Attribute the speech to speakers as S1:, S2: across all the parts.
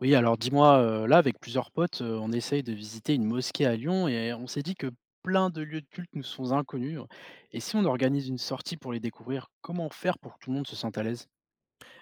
S1: Oui, alors dis-moi, là, avec plusieurs potes, on essaye de visiter une mosquée à Lyon et on s'est dit que plein de lieux de culte nous sont inconnus. Et si on organise une sortie pour les découvrir, comment faire pour que tout le monde se sente à l'aise?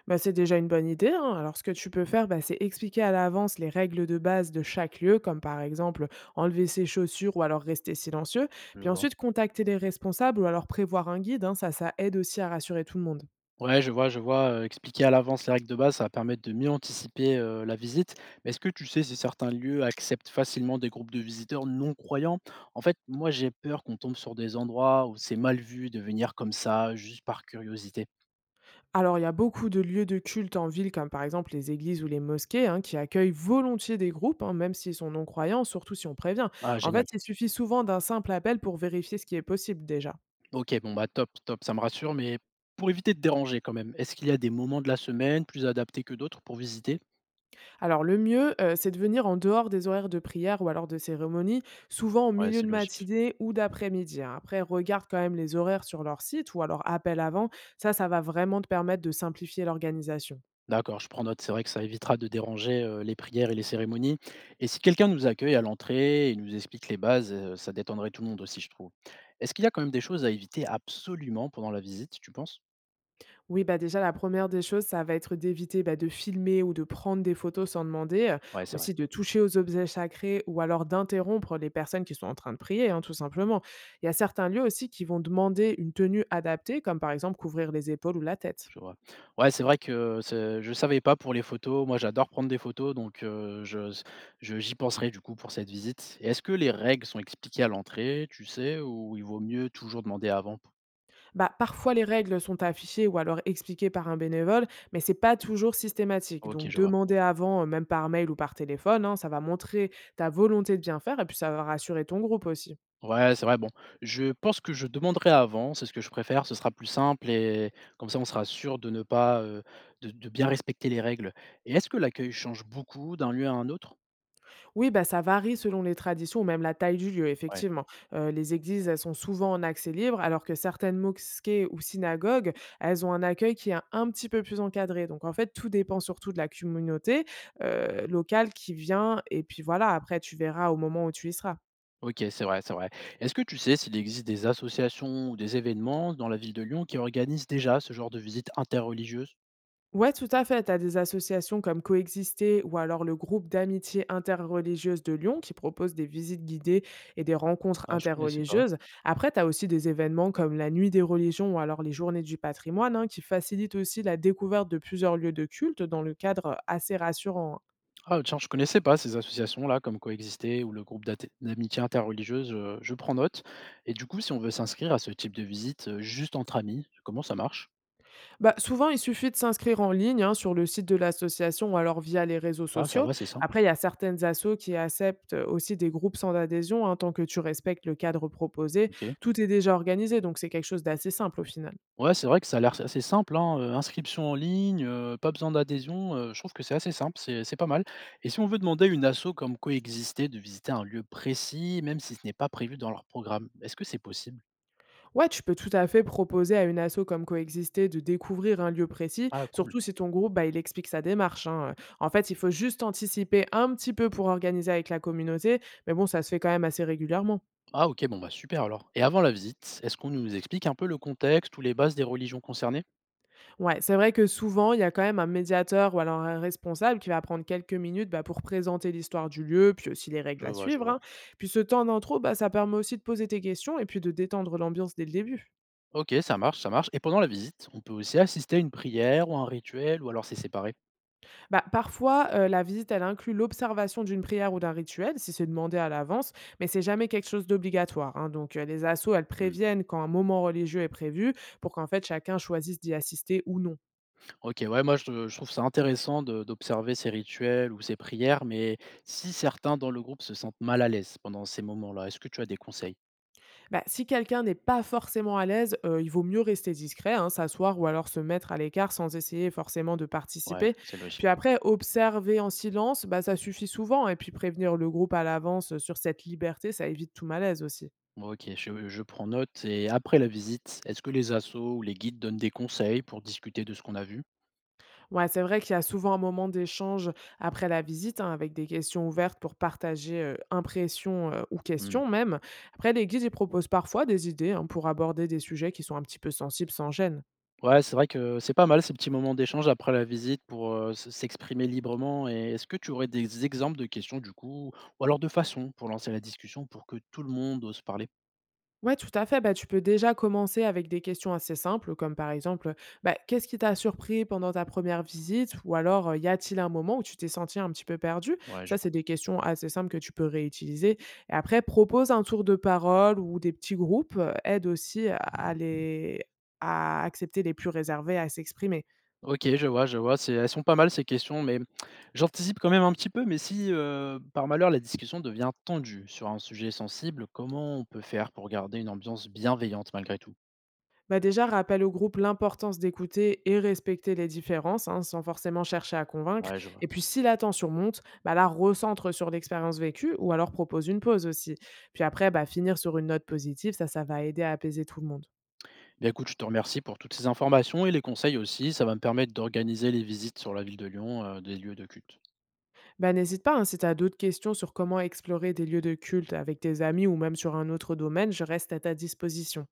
S2: Bah, c'est déjà une bonne idée, hein. Alors ce que tu peux faire, bah, c'est expliquer à l'avance les règles de base de chaque lieu, comme par exemple enlever ses chaussures ou alors rester silencieux.
S1: Je
S2: Puis
S1: vois.
S2: ensuite contacter les responsables ou alors prévoir un guide, hein. Ça aide aussi à rassurer tout le monde.
S1: Ouais, je vois, expliquer à l'avance les règles de base, ça va permettre de mieux anticiper, la visite. Mais est-ce que tu sais si certains lieux acceptent facilement des groupes de visiteurs non croyants? En fait, moi, j'ai peur qu'on tombe sur des endroits où c'est mal vu de venir comme ça, juste par curiosité.
S2: Alors il y a beaucoup de lieux de culte en ville, comme par exemple les églises ou les mosquées, hein, qui accueillent volontiers des groupes, hein, même s'ils sont non-croyants, surtout si on prévient.
S1: Ah
S2: En
S1: génial.
S2: fait, il suffit souvent d'un simple appel pour vérifier ce qui est possible déjà.
S1: OK, bon, bah, top, top, ça me rassure, mais pour éviter de déranger quand même, est-ce qu'il y a des moments de la semaine plus adaptés que d'autres pour visiter?
S2: Alors le mieux, c'est de venir en dehors des horaires de prière ou alors de cérémonie, souvent au
S1: Ouais,
S2: milieu
S1: c'est
S2: de
S1: logique.
S2: matinée ou d'après-midi, hein. Après, regarde quand même les horaires sur leur site ou alors appelle avant. Ça va vraiment te permettre de simplifier l'organisation.
S1: D'accord, je prends note, c'est vrai que ça évitera de déranger, les prières et les cérémonies et si quelqu'un nous accueille à l'entrée et nous explique les bases, ça détendrait tout le monde aussi, je trouve. Est-ce qu'il y a quand même des choses à éviter absolument pendant la visite, tu penses?
S2: Oui, bah, déjà la première des choses, ça va être d'éviter, bah, de filmer ou de prendre des photos sans demander,
S1: Ouais, c'est vrai.
S2: aussi de toucher aux objets sacrés ou alors d'interrompre les personnes qui sont en train de prier, hein, tout simplement. Il y a certains lieux aussi qui vont demander une tenue adaptée, comme par exemple couvrir les épaules ou la tête.
S1: Je vois. Ouais, c'est vrai que c'est je savais pas pour les photos. Moi, j'adore prendre des photos, donc je j'y penserai, du coup, pour cette visite. Et est-ce que les règles sont expliquées à l'entrée, tu sais, ou il vaut mieux toujours demander avant?
S2: Bah, parfois, les règles sont affichées ou alors expliquées par un bénévole, mais c'est pas toujours systématique.
S1: OK,
S2: Donc,
S1: je vois.
S2: demander avant, même par mail ou par téléphone, hein, ça va montrer ta volonté de bien faire et puis ça va rassurer ton groupe aussi.
S1: Ouais, c'est vrai, bon, je pense que je demanderai avant, c'est ce que je préfère, ce sera plus simple et comme ça, on sera sûr de ne pas, de bien respecter les règles. Et est-ce que l'accueil change beaucoup d'un lieu à un autre?
S2: Oui, bah, ça varie selon les traditions ou même la taille du lieu,
S1: Ouais.
S2: effectivement. Les églises, elles sont souvent en accès libre, alors que certaines mosquées ou synagogues, elles ont un accueil qui est un petit peu plus encadré. Donc, en fait, tout dépend surtout de la communauté locale qui vient. Et puis voilà, après, tu verras au moment où tu y seras.
S1: OK, c'est vrai, c'est vrai. Est-ce que tu sais s'il existe des associations ou des événements dans la ville de Lyon qui organisent déjà ce genre de visite interreligieuse?
S2: Ouais, tout à fait. Tu as des associations comme Coexister ou alors le groupe d'amitié interreligieuse de Lyon qui propose des visites guidées et des rencontres
S1: Ah, je connaissais pas.
S2: interreligieuses. Après, tu as aussi des événements comme la Nuit des religions ou alors les Journées du patrimoine, hein, qui facilitent aussi la découverte de plusieurs lieux de culte dans le cadre assez rassurant, hein.
S1: Ah, tiens, je connaissais pas ces associations-là, comme Coexister ou le groupe d'amitié interreligieuse. Je prends note. Et du coup, si on veut s'inscrire à ce type de visite juste entre amis, comment ça marche?
S2: Bah, souvent, il suffit de s'inscrire en ligne, hein, sur le site de l'association ou alors via les réseaux
S1: Ah, ça
S2: sociaux.
S1: va, c'est simple.
S2: Après, il y a certaines assos qui acceptent aussi des groupes sans adhésion, hein, tant que tu respectes le cadre proposé.
S1: OK.
S2: Tout est déjà organisé, donc c'est quelque chose d'assez simple au final.
S1: Ouais, c'est vrai que ça a l'air assez simple, hein, inscription en ligne, pas besoin d'adhésion, je trouve que c'est assez simple, c'est pas mal et si on veut demander à une asso comme Coexister de visiter un lieu précis, même si ce n'est pas prévu dans leur programme, est-ce que c'est possible?
S2: Ouais, tu peux tout à fait proposer à une asso comme Coexister de découvrir un lieu précis,
S1: Ah cool.
S2: surtout si ton groupe, bah, il explique sa démarche, hein. En fait, il faut juste anticiper un petit peu pour organiser avec la communauté, mais bon, ça se fait quand même assez régulièrement.
S1: Ah OK, bon bah super alors et avant la visite, est-ce qu'on nous explique un peu le contexte ou les bases des religions concernées?
S2: Ouais, c'est vrai que souvent, il y a quand même un médiateur ou alors un responsable qui va prendre quelques minutes, bah, pour présenter l'histoire du lieu, puis aussi les
S1: Je
S2: règles à
S1: vois, je
S2: suivre,
S1: vois.
S2: hein. Puis ce temps d'intro, bah, ça permet aussi de poser tes questions et puis de détendre l'ambiance dès le début.
S1: OK, ça marche et pendant la visite, on peut aussi assister à une prière ou un rituel ou alors c'est séparé?
S2: Bah, parfois, la visite, elle inclut l'observation d'une prière ou d'un rituel, si c'est demandé à l'avance, mais c'est jamais quelque chose d'obligatoire, hein. Donc les assos, elles
S1: Mmh.
S2: préviennent quand un moment religieux est prévu pour qu'en fait chacun choisisse d'y assister ou non.
S1: OK, ouais, moi je trouve ça intéressant de d'observer ces rituels ou ces prières, mais si certains dans le groupe se sentent mal à l'aise pendant ces moments-là, est-ce que tu as des conseils?
S2: Bah, si quelqu'un n'est pas forcément à l'aise, il vaut mieux rester discret, hein, s'asseoir ou alors se mettre à l'écart sans essayer forcément de
S1: Ouais,
S2: participer.
S1: c'est logique.
S2: Puis après, observer en silence, bah, ça suffit souvent et puis prévenir le groupe à l'avance, sur cette liberté, ça évite tout malaise aussi.
S1: OK, je prends note et après la visite, est-ce que les assos ou les guides donnent des conseils pour discuter de ce qu'on a vu?
S2: Ouais, c'est vrai qu'il y a souvent un moment d'échange après la visite, hein, avec des questions ouvertes pour partager, impressions, ou
S1: Mmh.
S2: questions même. Après, les guides, ils proposent parfois des idées, hein, pour aborder des sujets qui sont un petit peu sensibles sans gêne.
S1: Ouais, c'est vrai que c'est pas mal ces petits moments d'échange après la visite pour, s'exprimer librement et est-ce que tu aurais des exemples de questions du coup ou alors de façons pour lancer la discussion pour que tout le monde ose parler?
S2: Ouais, tout à fait. Bah, tu peux déjà commencer avec des questions assez simples, comme par exemple, bah, qu'est-ce qui t'a surpris pendant ta première visite? Ou alors, y a-t-il un moment où tu t'es senti un petit peu perdu?
S1: Ouais, je
S2: Ça,
S1: vois.
S2: c'est des questions assez simples que tu peux réutiliser. Et après, propose un tour de parole ou des petits groupes, aide aussi à les, à accepter les plus réservés à s'exprimer.
S1: OK, je vois, c'est elles sont pas mal ces questions, mais j'anticipe quand même un petit peu, mais si, par malheur la discussion devient tendue sur un sujet sensible, comment on peut faire pour garder une ambiance bienveillante malgré tout?
S2: Bah déjà, rappelle au groupe l'importance d'écouter et respecter les différences, hein, sans forcément chercher à convaincre.
S1: Ouais, je vois.
S2: Et puis, si la tension monte, bah là, recentre sur l'expérience vécue ou alors propose une pause aussi. Puis après, bah, finir sur une note positive, ça va aider à apaiser tout le monde.
S1: Bien écoute, je te remercie pour toutes ces informations et les conseils aussi, ça va me permettre d'organiser les visites sur la ville de Lyon, des lieux de culte.
S2: Bah, n'hésite pas, hein, si tu as d'autres questions sur comment explorer des lieux de culte avec tes amis ou même sur un autre domaine, je reste à ta disposition.